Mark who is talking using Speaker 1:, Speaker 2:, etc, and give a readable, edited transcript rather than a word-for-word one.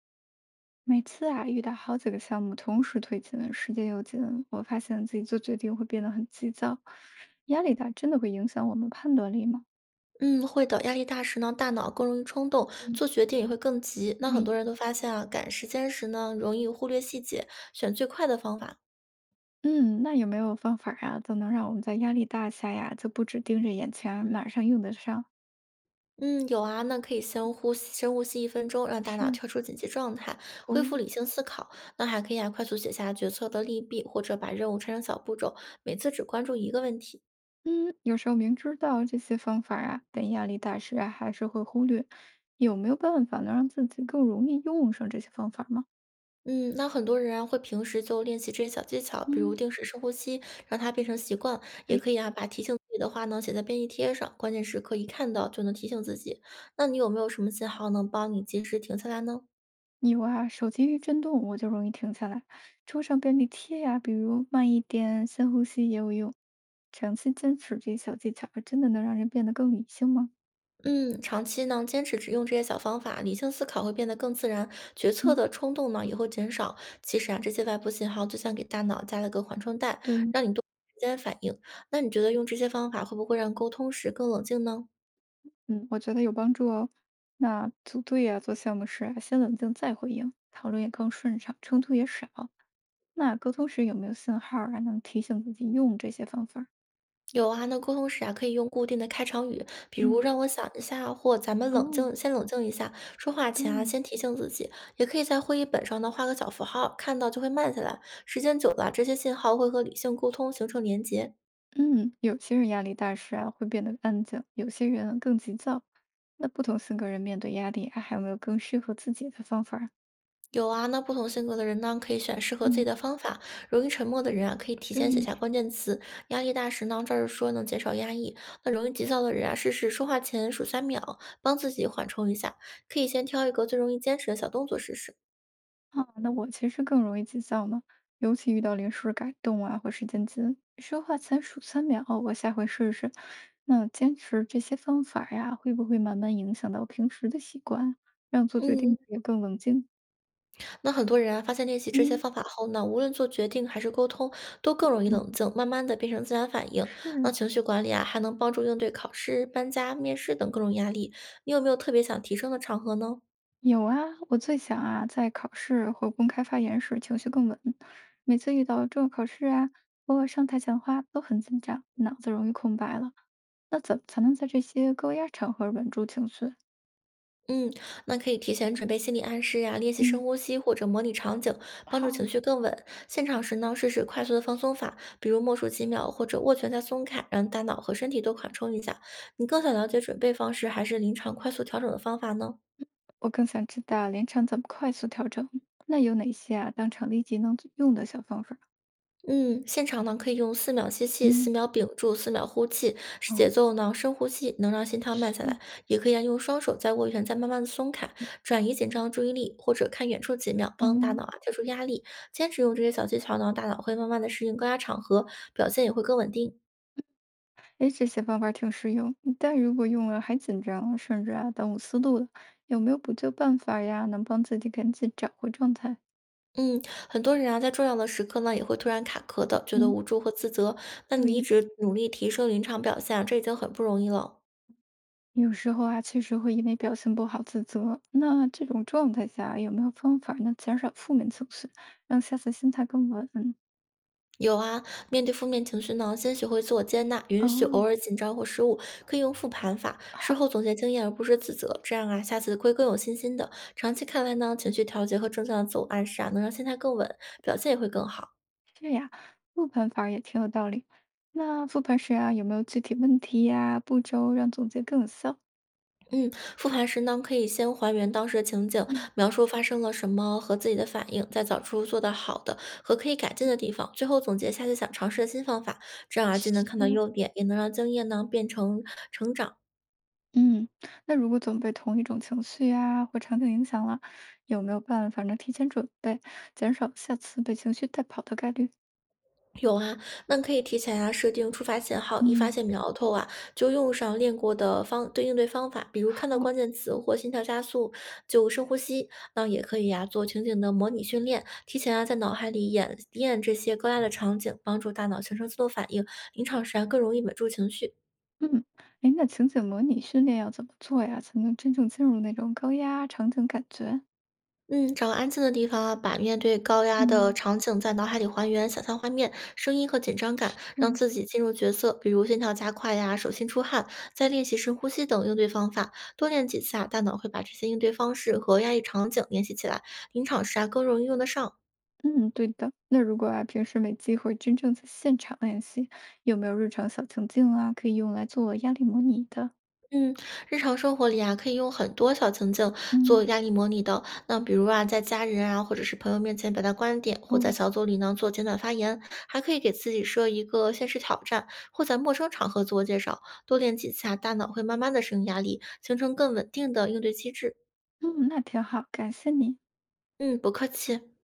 Speaker 1: 每次遇到好几个项目同时推进，时间又紧，我发现自己做决定会变得很急躁，压力大真的会影响我们判断力吗？
Speaker 2: 嗯，会的。压力大时呢，大脑更容易冲动，
Speaker 1: 嗯，
Speaker 2: 做决定也会更急。那很
Speaker 1: 对，
Speaker 2: 多人都发现啊，赶时间时呢，容易忽略细节，选最快的方法。
Speaker 1: 嗯，那有没有方法，就能让我们在压力大下呀，就不只盯着眼前，马上用得上？
Speaker 2: 嗯，有啊，那可以先呼吸，深呼吸1分钟，让大脑
Speaker 1: 是，
Speaker 2: 跳出紧急状态，
Speaker 1: 哦，
Speaker 2: 恢复理性思考。那还可以啊，快速写下决策的利弊，或者把任务拆成小步骤，每次只关注一个问题。
Speaker 1: 嗯，有时候明知道这些方法，但压力大时，还是会忽略。有没有办法能让自己更容易用上这些方法吗？
Speaker 2: 嗯，那很多人啊会平时就练习这些小技巧，比如
Speaker 1: 嗯。
Speaker 2: 定时深呼吸，让它变成习惯，也
Speaker 1: 对。
Speaker 2: 可以啊把提醒自己的话呢写在便利贴上，关键时刻一看到就能提醒自己。那你有没有什么信号能帮你及时停下来呢？
Speaker 1: 有啊，手机一震动我就容易停下来。桌上便利贴呀、比如慢一点、深呼吸也有用。长期坚持这些小技巧，真的能让人变得更理性吗？
Speaker 2: 嗯，长期呢坚持只用这些小方法，理性思考会变得更自然，决策
Speaker 1: 嗯，
Speaker 2: 的冲动呢也会减少。其实啊，这些外部信号就像给大脑加了个缓冲带，
Speaker 1: 对，
Speaker 2: 让你多时间反应。那你觉得用这些方法会不会让沟通时更冷静呢？
Speaker 1: 嗯，我觉得有帮助哦。那组队呀、做项目时，先冷静再回应，讨论也更顺畅，冲突也少。那沟通时有没有信号，能提醒自己用这些方法儿。
Speaker 2: 有啊，那沟通时啊，可以用固定的开场语，比如
Speaker 1: 嗯，
Speaker 2: “让我想一下”或“咱们冷
Speaker 1: 哦，
Speaker 2: 静，先冷静一下”。说话前啊，
Speaker 1: 对，
Speaker 2: 先提醒自己，也可以在会议本上呢画个小符号，看到就会慢下来。时间久了啊这些信号会和理性沟通形成连结。
Speaker 1: 嗯，有些人压力大时会变得安静，有些人更急躁。那不同性格人面对压力还有没有更适合自己的方法儿。
Speaker 2: 有啊，那不同性格的人呢，可以选适合自
Speaker 1: 嗯，
Speaker 2: 己的方法。容易沉默的人啊，可以提前写
Speaker 1: 对
Speaker 2: 下关键词。压力大时呢，照着说能减少压抑。那容易急躁的人啊，试试说话前数3秒，帮自己缓冲一下。可以先挑一个最容易坚持的小动作试试。
Speaker 1: 啊，那我其实更容易急躁呢，尤其遇到临时改动或时间紧，说话前数3秒，我下回试试。那坚持这些方法儿呀，会不会慢慢影响到平时的习惯，让做决定时
Speaker 2: 嗯，
Speaker 1: 也更冷静？
Speaker 2: 那很多人啊，发现练习这些
Speaker 1: 嗯，
Speaker 2: 方法后呢，无论做决定还是沟通，都更容易
Speaker 1: 嗯，
Speaker 2: 冷静，慢慢的变成自然反应。那
Speaker 1: 是。
Speaker 2: 情绪管理啊，还能帮助应对考试、搬家、面试等各种压力。你有没有特别想提升的场合呢？
Speaker 1: 有啊，我最想，在考试或公开发言时情绪更稳。每次遇到重要考试，或上台讲话都很紧张，脑子容易空白了。那怎么才能在这些高压场合稳住情绪？
Speaker 2: 嗯，那可以提前准备心理暗示呀、练习深
Speaker 1: 嗯，
Speaker 2: 呼吸或者模拟场景，帮
Speaker 1: 好，
Speaker 2: 助情绪更稳。现场时呢，试试快速的放松法，比如默数几秒或者握拳再松开，让大脑和身体都缓冲一下。你更想了解准备方式，还是临场快速调整的方法呢？
Speaker 1: 我更想知道临场怎么快速调整。那有哪些，当场立即能用的小方法？
Speaker 2: 嗯，现场呢可以用4秒吸气、
Speaker 1: 嗯，
Speaker 2: 4秒屏住、4秒呼气，是节
Speaker 1: 哦，
Speaker 2: 奏呢深呼吸能让心跳慢下来，
Speaker 1: 是。
Speaker 2: 也可以啊用双手在握拳，再慢慢的松开，转移紧张的注意力，或者看远处几秒，帮大
Speaker 1: 嗯。
Speaker 2: 脑啊跳出压力。坚持用这些小技巧呢，大脑会慢慢的适应高压场合，表现也会更稳定。
Speaker 1: 哎，这些方法挺实用，但如果用了还紧张，甚至耽误思路了，有没有补救办法呀？能帮自己赶紧找回状态？
Speaker 2: 嗯，很多人啊在重要的时刻呢也会突然卡壳的，觉得
Speaker 1: 嗯，
Speaker 2: 无助和自责。那你一
Speaker 1: 对，
Speaker 2: 直努力提升临场表现啊这已经很不容易了。
Speaker 1: 有时候，确实会因为表现不好自责。那这种状态下，有没有方法能减少负面情绪，让下次心态更稳？
Speaker 2: 有啊，面对负面情绪呢，先学会自我接纳，允许偶
Speaker 1: 哦，
Speaker 2: 尔紧张或失误，可以用复盘法，事
Speaker 1: 好，
Speaker 2: 后总结经验而不是自责，这样啊，下次会更有信心的。长期看来呢，情绪调节和正向的自我暗示啊，能让心态更稳，表现也会更好。
Speaker 1: 这样复盘法也挺有道理。那复盘时，有没有具体问题呀、步骤让总结更有效？
Speaker 2: 嗯，复盘时呢，可以先还原当时的情景，
Speaker 1: 嗯，
Speaker 2: 描述发生了什么和自己的反应，再找出做得好的和可以改进的地方，最后总结下次想尝试的新方法，这样啊，既能看到优点，也能让经验呢变成成长。
Speaker 1: 嗯，那如果总被同一种情绪呀、或场景影响了，有没有办法能提前准备，减少下次被情绪带跑的概率？
Speaker 2: 有啊，那可以提前啊设定触发信号，一发
Speaker 1: 嗯，
Speaker 2: 现苗头啊，就用上练过的方对应对方法，比如看到
Speaker 1: 好，
Speaker 2: 关键词或心跳加速就深呼吸。那也可以呀、做情景的模拟训练，提前啊在脑海里演练这些高压的场景，帮助大脑形成自动反应，临场时啊更容易稳住情绪。
Speaker 1: 嗯，哎，那情景模拟训练要怎么做呀，才能真正进入那种高压场景感觉？
Speaker 2: 嗯，找个安静的地方啊，把面对高压的
Speaker 1: 嗯，
Speaker 2: 场景在脑海里还原，想象画面、声音和紧张感，让
Speaker 1: 嗯
Speaker 2: 自己进入角色，比如心跳加快呀、手心出汗，再练习深呼吸等应对方法，多练几次啊，大脑会把这些应对方式和压抑场景联系起来，临场时啊更容易用得上。
Speaker 1: 嗯，对的。那如果，平时没机会真正在现场练习，有没有日常小情境，可以用来做压力模拟的？
Speaker 2: 嗯，日常生活里啊，可以用很多小情境
Speaker 1: 嗯，
Speaker 2: 做压力模拟的。那比如啊，在家人啊，或者是朋友面前表达观点，或在
Speaker 1: 哦，
Speaker 2: 小组里呢做简短发言，还可以给自己设一个现实挑战，或在陌生场合自我介绍。多练几次啊，大脑会慢慢的适应压力，形成更稳定的应对机制。
Speaker 1: 嗯，那挺好，感谢你。
Speaker 2: 嗯，不客气。